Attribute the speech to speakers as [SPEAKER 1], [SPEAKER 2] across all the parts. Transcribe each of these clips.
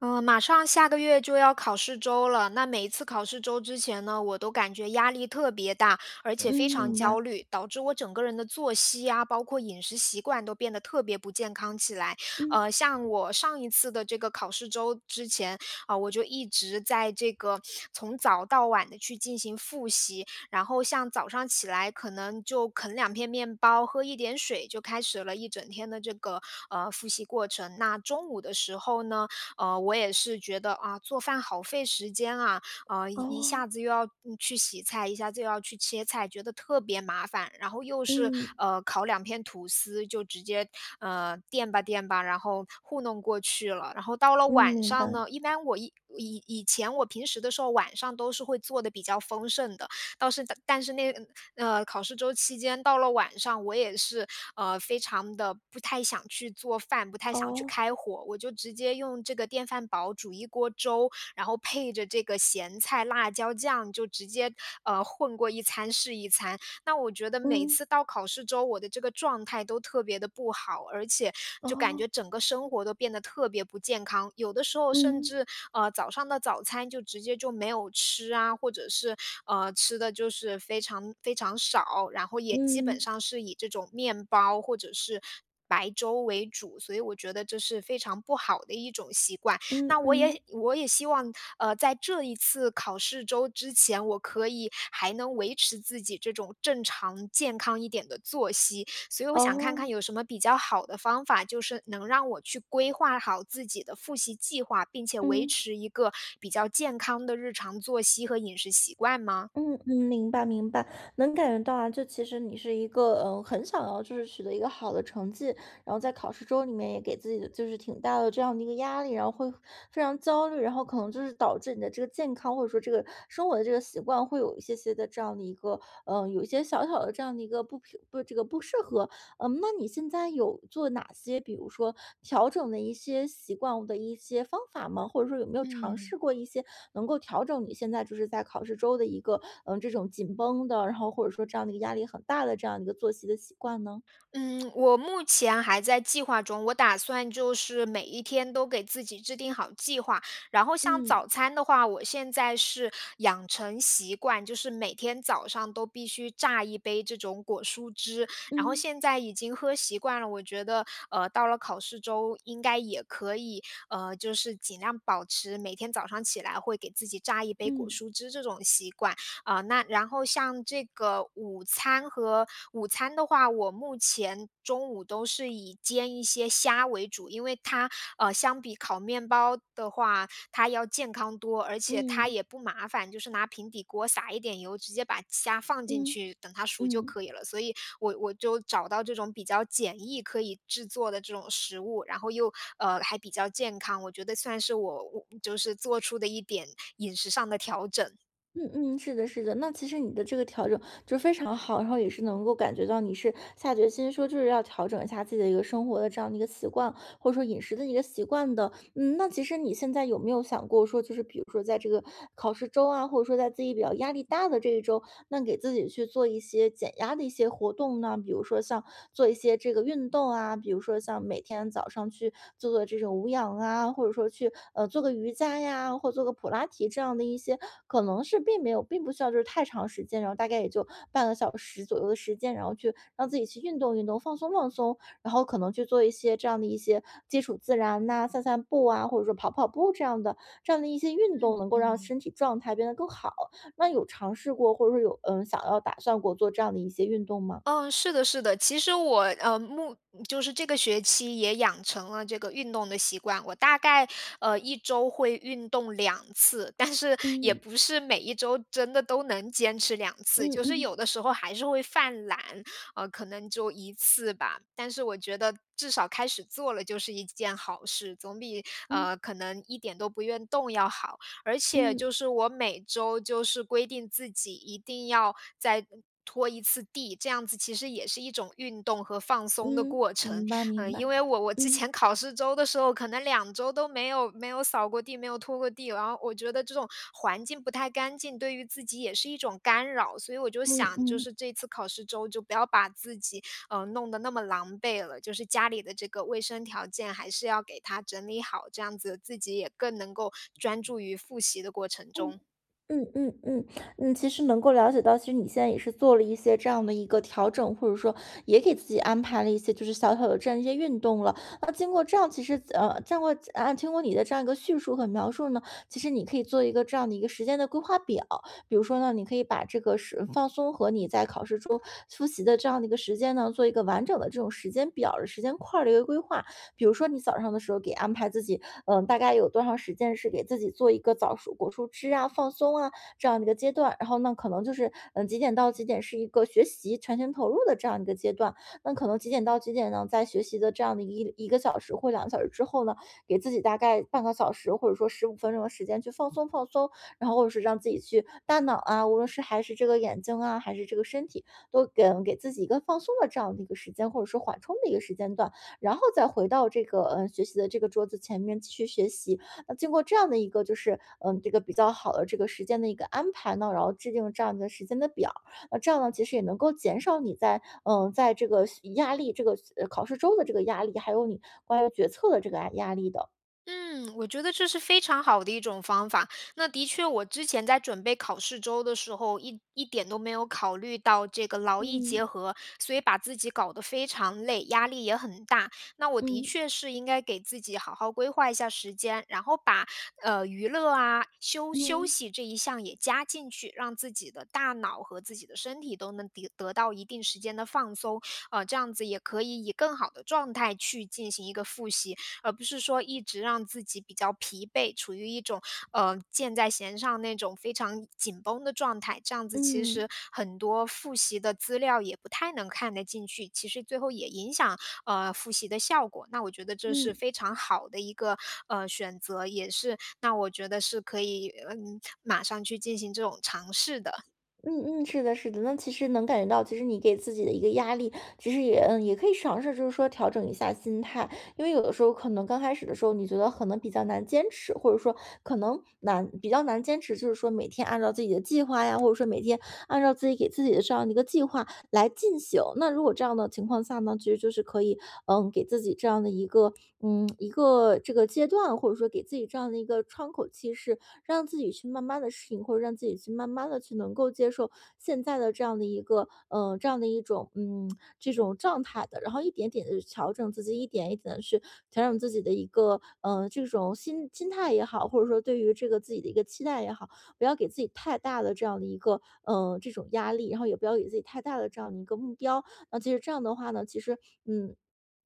[SPEAKER 1] 嗯，马上下个月就要考试周了，那每一次考试周之前呢，我都感觉压力特别大，而且非
[SPEAKER 2] 嗯，
[SPEAKER 1] 常
[SPEAKER 2] 明白。
[SPEAKER 1] 焦虑，导致我整个人的作息啊，包括饮食习惯都变得特别不健康起来。
[SPEAKER 2] 嗯，
[SPEAKER 1] 像我上一次的这个考试周之前啊，我就一直在这个从早到晚的去进行复习，然后像早上起来可能就啃两片面包，喝一点水，就开始了一整天的这个复习过程。那中午的时候呢？呃，我也是觉得啊，做饭好费时间啊，呃，一一
[SPEAKER 2] 哦，
[SPEAKER 1] 下子又要去洗菜，一下子又要去切菜，觉得特别麻烦。然后又是
[SPEAKER 2] 嗯，
[SPEAKER 1] 烤两片吐司，就直接垫吧垫吧，然后糊弄过去了。然后到了
[SPEAKER 2] 嗯，
[SPEAKER 1] 晚
[SPEAKER 2] 明白。
[SPEAKER 1] 上呢，一般我以前我平时的时候晚上都是会做的比较丰盛的，倒是但是那考试周期间到了晚上，我也是，呃，非常的不太想去做饭，不太想去
[SPEAKER 2] 哦，
[SPEAKER 1] 开火，我就直接用这个电饭煲煮一锅粥，然后配着这个咸菜、辣椒酱，就直接，呃，混过一餐是一餐。那我觉得每
[SPEAKER 2] 嗯，
[SPEAKER 1] 次到考试周，我的这个状态都特别的不好，而且就感
[SPEAKER 2] 哦，
[SPEAKER 1] 觉整个生活都变得特别不健康。有的时候甚
[SPEAKER 2] 嗯，
[SPEAKER 1] 至早上的早餐就直接就没有吃啊，或者是吃的就是非常非常少，然后也基本
[SPEAKER 2] 嗯，
[SPEAKER 1] 上是以这种面包或者是白粥为主，所以我觉得这是非常不好的一种习惯。
[SPEAKER 2] 嗯，
[SPEAKER 1] 那我
[SPEAKER 2] 嗯，
[SPEAKER 1] 也我也希望，在这一次考试周之前，我可以还能维持自己这种正常健康一点的作息，所以我想看看
[SPEAKER 2] 哦，
[SPEAKER 1] 有什么比较好的方法，就是能让我去规划好自己的复习计划，并且维
[SPEAKER 2] 嗯，
[SPEAKER 1] 持一个比较健康的日常作息和饮食习惯吗？
[SPEAKER 2] 嗯，嗯，明白，明白。能感觉到啊，就其实你是一个，很想要就是取得一个好的成绩，然后在考试周里面也给自己的就是挺大的这样的一个压力，然后会非常焦虑，然后可能就是导致你的这个健康或者说这个生活的这个习惯会有一些些的这样的一个，有一些小小的这样的一个不平不这个不适合，那你现在有做哪些，比如说调整的一些习惯的一些方法吗？或者说有没有尝
[SPEAKER 1] 嗯。
[SPEAKER 2] 试过一些能够调整你现在就是在考试周的一个，这种紧绷的，然后或者说这样的一个压力很大的这样的一个作息的习惯呢？
[SPEAKER 1] 嗯，我目前还在计划中，我打算就是每一天都给自己制定好计划。然后像
[SPEAKER 2] 嗯
[SPEAKER 1] 早餐的话，我现在是养成习惯，就是每天早上都必须榨一杯这种果蔬汁。然后
[SPEAKER 2] 嗯
[SPEAKER 1] 现在已经喝习惯了，我觉得到了考试周应该也可以，呃，就是尽量保持每天早上起来会给自己榨一杯果
[SPEAKER 2] 嗯
[SPEAKER 1] 蔬汁这种习惯。啊，那然后像这个午餐和午餐的话，我目前中午都是以煎一些虾为主，因为它，呃，相比烤面包的话，它要健康多，而且它
[SPEAKER 2] 嗯
[SPEAKER 1] 也不麻烦，就是拿平底锅撒一点油，直接把虾放进
[SPEAKER 2] 嗯
[SPEAKER 1] 去，等它熟就
[SPEAKER 2] 嗯
[SPEAKER 1] 可以了。所以我就找到这种比较简易可以制作的这种食物，然后又，呃，还比较健康，我觉得算是我就是做出的一点饮食上的调整。
[SPEAKER 2] 嗯嗯，是的，是的。那其实你的这个调整就非常好，然后也是能够感觉到你是下决心说，就是要调整一下自己的一个生活的这样的一个习惯，或者说饮食的一个习惯的。那其实你现在有没有想过说，就是比如说在这个考试周啊，或者说在自己比较压力大的这一周，那给自己去做一些减压的一些活动呢？比如说像做一些这个运动啊，比如说像每天早上去做做这种无氧啊，或者说去做个瑜伽呀，或做个普拉提这样的一些，可能是并没有，并不需要就是太长时间，然后大概也就半个小时左右的时间，然后去让自己去运动运动，放松放松，然后可能去做一些这样的一些接触自然呐、散散步啊，或者说跑跑步这样的一些运动，
[SPEAKER 1] 嗯
[SPEAKER 2] 能够让
[SPEAKER 1] 嗯。
[SPEAKER 2] 身体状态变得更好。那有尝试过，或者说有想要打算过做这样的一些运动吗？
[SPEAKER 1] 嗯，是的，是的。其实我就是这个学期也养成了这个运动的习惯。我大概一周会运动两次，但是也
[SPEAKER 2] 嗯
[SPEAKER 1] 不是每一周真的都能坚持两次，
[SPEAKER 2] 嗯
[SPEAKER 1] 就是
[SPEAKER 2] 嗯
[SPEAKER 1] 有的时候还是会犯懒，呃，可能就一次吧。但是我觉得至少开始做了就是一件好事，总比
[SPEAKER 2] 嗯
[SPEAKER 1] 可能一点都不愿动要好。而且
[SPEAKER 2] 嗯
[SPEAKER 1] 就是我每周就是规定自己一定要再拖一次地，这样子其实也是一种运动和放松的
[SPEAKER 2] 嗯，
[SPEAKER 1] 过程。
[SPEAKER 2] 明白明
[SPEAKER 1] 嗯，
[SPEAKER 2] 白，
[SPEAKER 1] 因为我之
[SPEAKER 2] 嗯
[SPEAKER 1] 前考试周的时候，可能两周都没有扫过地，没有拖过地，然后我觉得这种环境不太干净，对于自己也是一种干扰，所以我就
[SPEAKER 2] 嗯
[SPEAKER 1] 想就
[SPEAKER 2] 嗯
[SPEAKER 1] 是这次考试周就不要把自己弄得那么狼狈了，就是家里的这个卫生条件还是要给他整理好，这样子自己也更能够专注于复习的过程
[SPEAKER 2] 嗯。
[SPEAKER 1] 中。
[SPEAKER 2] 嗯嗯嗯嗯，其实能够了解到，其实你现在也是做了一些这样的一个调整，或者说也给自己安排了一些就是小小的这样一些运动了。那经过这样，其实经过啊，经过你的这样一个叙述和描述呢，其实你可以做一个这样的一个时间的规划表，比如说呢，你可以把这个是放松和你在考试中复习的这样的一个时间呢，做一个完整的这种时间表儿、时间块儿的一个规划。比如说你早上的时候给安排自己，大概有多长时间是给自己做一个早熟果蔬汁啊、放松啊这样的一个阶段，然后呢，可能就是几点到几点是一个学习全情投入的这样一个阶段，那可能几点到几点呢，在学习的这样的一个小时或2个小时之后呢，给自己大概半个小时或者说15分钟的时间去放松放松，然后或者是让自己去大脑啊，无论是还是这个眼睛啊，还是这个身体，都给自己一个放松的这样的一个时间，或者说缓冲的一个时间段，然后再回到这个学习的这个桌子前面继续学习。那经过这样的一个就是这个比较好的这个时间的一个安排呢，然后制定这样的时间的表，那这样呢其实也能够减少你在这个压力这个考试周的这个压力，还有你关于决策的这个压力的。
[SPEAKER 1] 嗯，我觉得这是非常好的一种方法。那的确，我之前在准备考试周的时候，一点都没有考虑到这个劳逸结
[SPEAKER 2] 嗯
[SPEAKER 1] 合，所以把自己搞得非常累，压力也很大。那我的
[SPEAKER 2] 嗯
[SPEAKER 1] 确是应该给自己好好规划一下时间，然后把娱乐啊、休休
[SPEAKER 2] 嗯
[SPEAKER 1] 息这一项也加进去，让自己的大脑和自己的身体都能得到一定时间的放松。呃，这样子也可以以更好的状态去进行一个复习。而不是说一直让自己比较疲惫，处于一种箭在弦上那种非常紧绷的状态。这样子其
[SPEAKER 2] 嗯
[SPEAKER 1] 实很多复习的资料也不太能看得进去，其实最后也影响复习的效果。那我觉得这是
[SPEAKER 2] 嗯。
[SPEAKER 1] 非常好的一个选择，也是那我觉得是可以嗯马上去进行这种尝试的。
[SPEAKER 2] 嗯嗯，是的，是的，那其实能感觉到，其实你给自己的一个压力，其实也可以尝试，就是说调整一下心态，因为有的时候可能刚开始的时候，你觉得可能比较难坚持，或者说可能比较难坚持，就是说每天按照自己的计划呀，或者说每天按照自己给自己的这样的一个计划来进行。那如果这样的情况下呢，其实就是可以给自己这样的一个这个阶段，或者说给自己这样的一个窗口期是让自己去慢慢的适应，或者让自己去慢慢的去能够接受现在的这样的一个，这样的一种，这种状态的，然后一点点的调整自己，一点一点的去调整自己的一个，这种心态也好，或者说对于这个自己的一个期待也好，不要给自己太大的这样的一个，这种压力，然后也不要给自己太大的这样的一个目标。那其实这样的话呢，其实，嗯。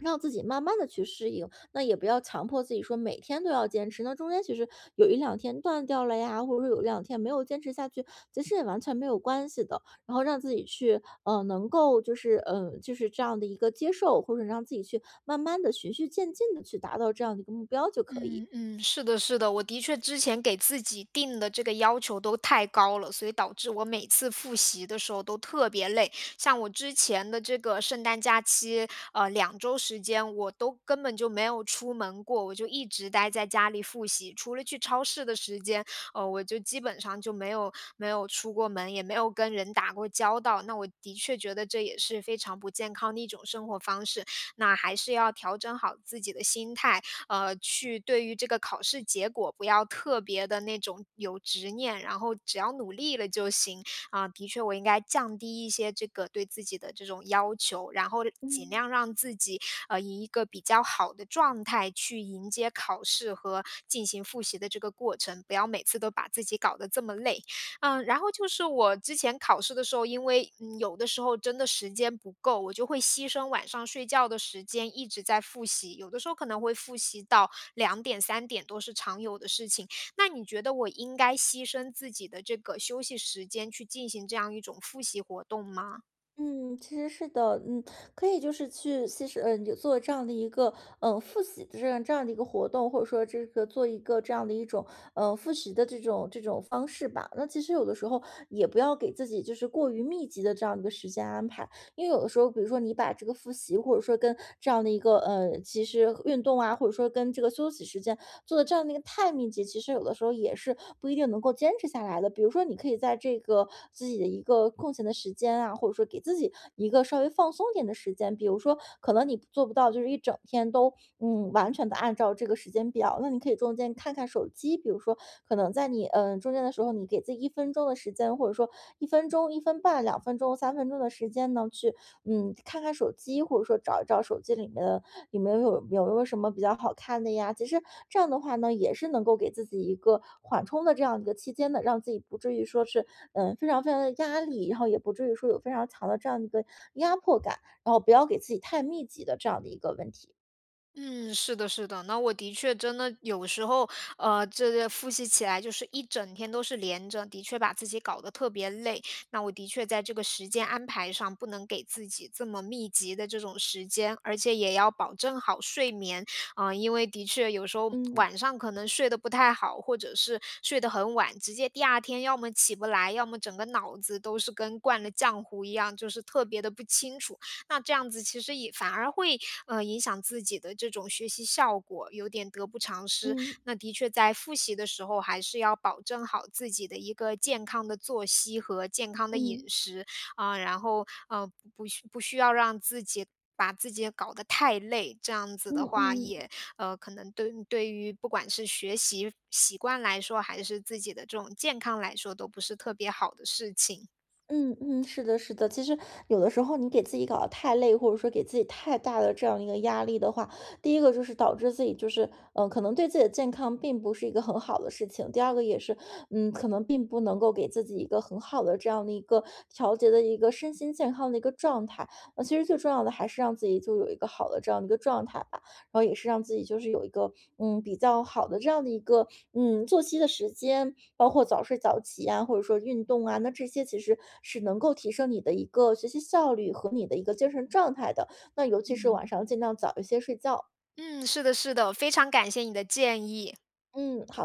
[SPEAKER 2] 让自己慢慢的去适应，那也不要强迫自己说每天都要坚持，那中间其实有一两天断掉了呀，或者说有两天没有坚持下去，其实也完全没有关系的。然后让自己去，能够就是这样的一个接受，或者让自己去慢慢的循序渐进的去达到这样的一个目标就可以。
[SPEAKER 1] 嗯嗯，是的，是的，我的确之前给自己定的这个要求都太高了，所以导致我每次复习的时候都特别累。像我之前的这个圣诞假期，呃，两周时间我都根本就没有出门过，我就一直待在家里复习，除了去超市的时间，呃，我就基本上就没有出过门，也没有跟人打过交道。那我的确觉得这也是非常不健康的一种生活方式，那还是要调整好自己的心态。呃，去对于这个考试结果不要特别的那种有执念，然后只要努力了就行。啊，的确我应该降低一些这个对自己的这种要求，然后尽
[SPEAKER 2] 嗯。
[SPEAKER 1] 量让自己以一个比较好的状态去迎接考试和进行复习的这个过程，不要每次都把自己搞得这么累。嗯，然后就是我之前考试的时候，因为，嗯，有的时候真的时间不够，我就会牺牲晚上睡觉的时间一直在复习，有的时候可能会复习到两点、三点都是常有的事情。那你觉得我应该牺牲自己的这个休息时间去进行这样一种复习活动吗？
[SPEAKER 2] 嗯，其实是的，可以就是去，其实，有做这样的一个，复习的这样的一个活动，或者说这个做一个这样的一种，复习的这种方式吧。那其实有的时候也不要给自己就是过于密集的这样一个时间安排，因为有的时候，比如说你把这个复习，或者说跟这样的一个其实运动啊，或者说跟这个休息时间做的这样的一个太密集，其实有的时候也是不一定能够坚持下来的。比如说，你可以在这个自己的一个空闲的时间啊，或者说给自己一个稍微放松点的时间，比如说可能你做不到就是一整天都完全的按照这个时间表，那你可以中间看看手机，比如说可能在你，中间的时候，你给自己一分钟的时间，或者说1分钟、1分半、2分钟、3分钟的时间呢，去，看看手机，或者说找一找手机里面的里面有没有什么比较好看的呀。其实这样的话呢，也是能够给自己一个缓冲的这样一个期间的，让自己不至于说是，非常非常的压力，然后也不至于说有非常强的这样一个压迫感，然后不要给自己太密集的这样的一个问题，
[SPEAKER 1] 嗯，是的，是的，那我的确真的有时候，这个复习起来就是一整天都是连着，的确把自己搞得特别累。那我的确在这个时间安排上不能给自己这么密集的这种时间，而且也要保证好睡眠啊，因为的确有时候
[SPEAKER 2] 嗯。
[SPEAKER 1] 晚上可能睡得不太好，或者是睡得很晚，直接第二天要么起不来，要么整个脑子都是跟灌了浆糊一样，就是特别的不清楚。那这样子其实也反而会，影响自己的这种学习效果，有点得不偿失。
[SPEAKER 2] 嗯
[SPEAKER 1] 那的确在复习的时候，还是要保证好自己的一个健康的作息和健康的饮
[SPEAKER 2] 嗯
[SPEAKER 1] 食，啊，然后，呃，不需要让自己把自己搞得太累，这样子的
[SPEAKER 2] 嗯
[SPEAKER 1] 话
[SPEAKER 2] 嗯
[SPEAKER 1] 也，呃，可能对于不管是学习习惯来说，还是自己的这种健康来说，都不是特别好的事情。
[SPEAKER 2] 嗯嗯，是的，是的。其实有的时候你给自己搞得太累，或者说给自己太大的这样一个压力的话，第一个就是导致自己就是，可能对自己的健康并不是一个很好的事情。第二个也是，可能并不能够给自己一个很好的这样的一个调节的一个身心健康的一个状态。那其实最重要的还是让自己就有一个好的这样的一个状态吧。然后也是让自己就是有一个，比较好的这样的一个，作息的时间，包括早睡早起啊，或者说运动啊，那这些其实是能够提升你的一个学习效率和你的一个精神状态的。那尤其是晚上尽量早一些睡觉。
[SPEAKER 1] 嗯，是的是的，非常感谢你的建议。
[SPEAKER 2] 嗯，好的。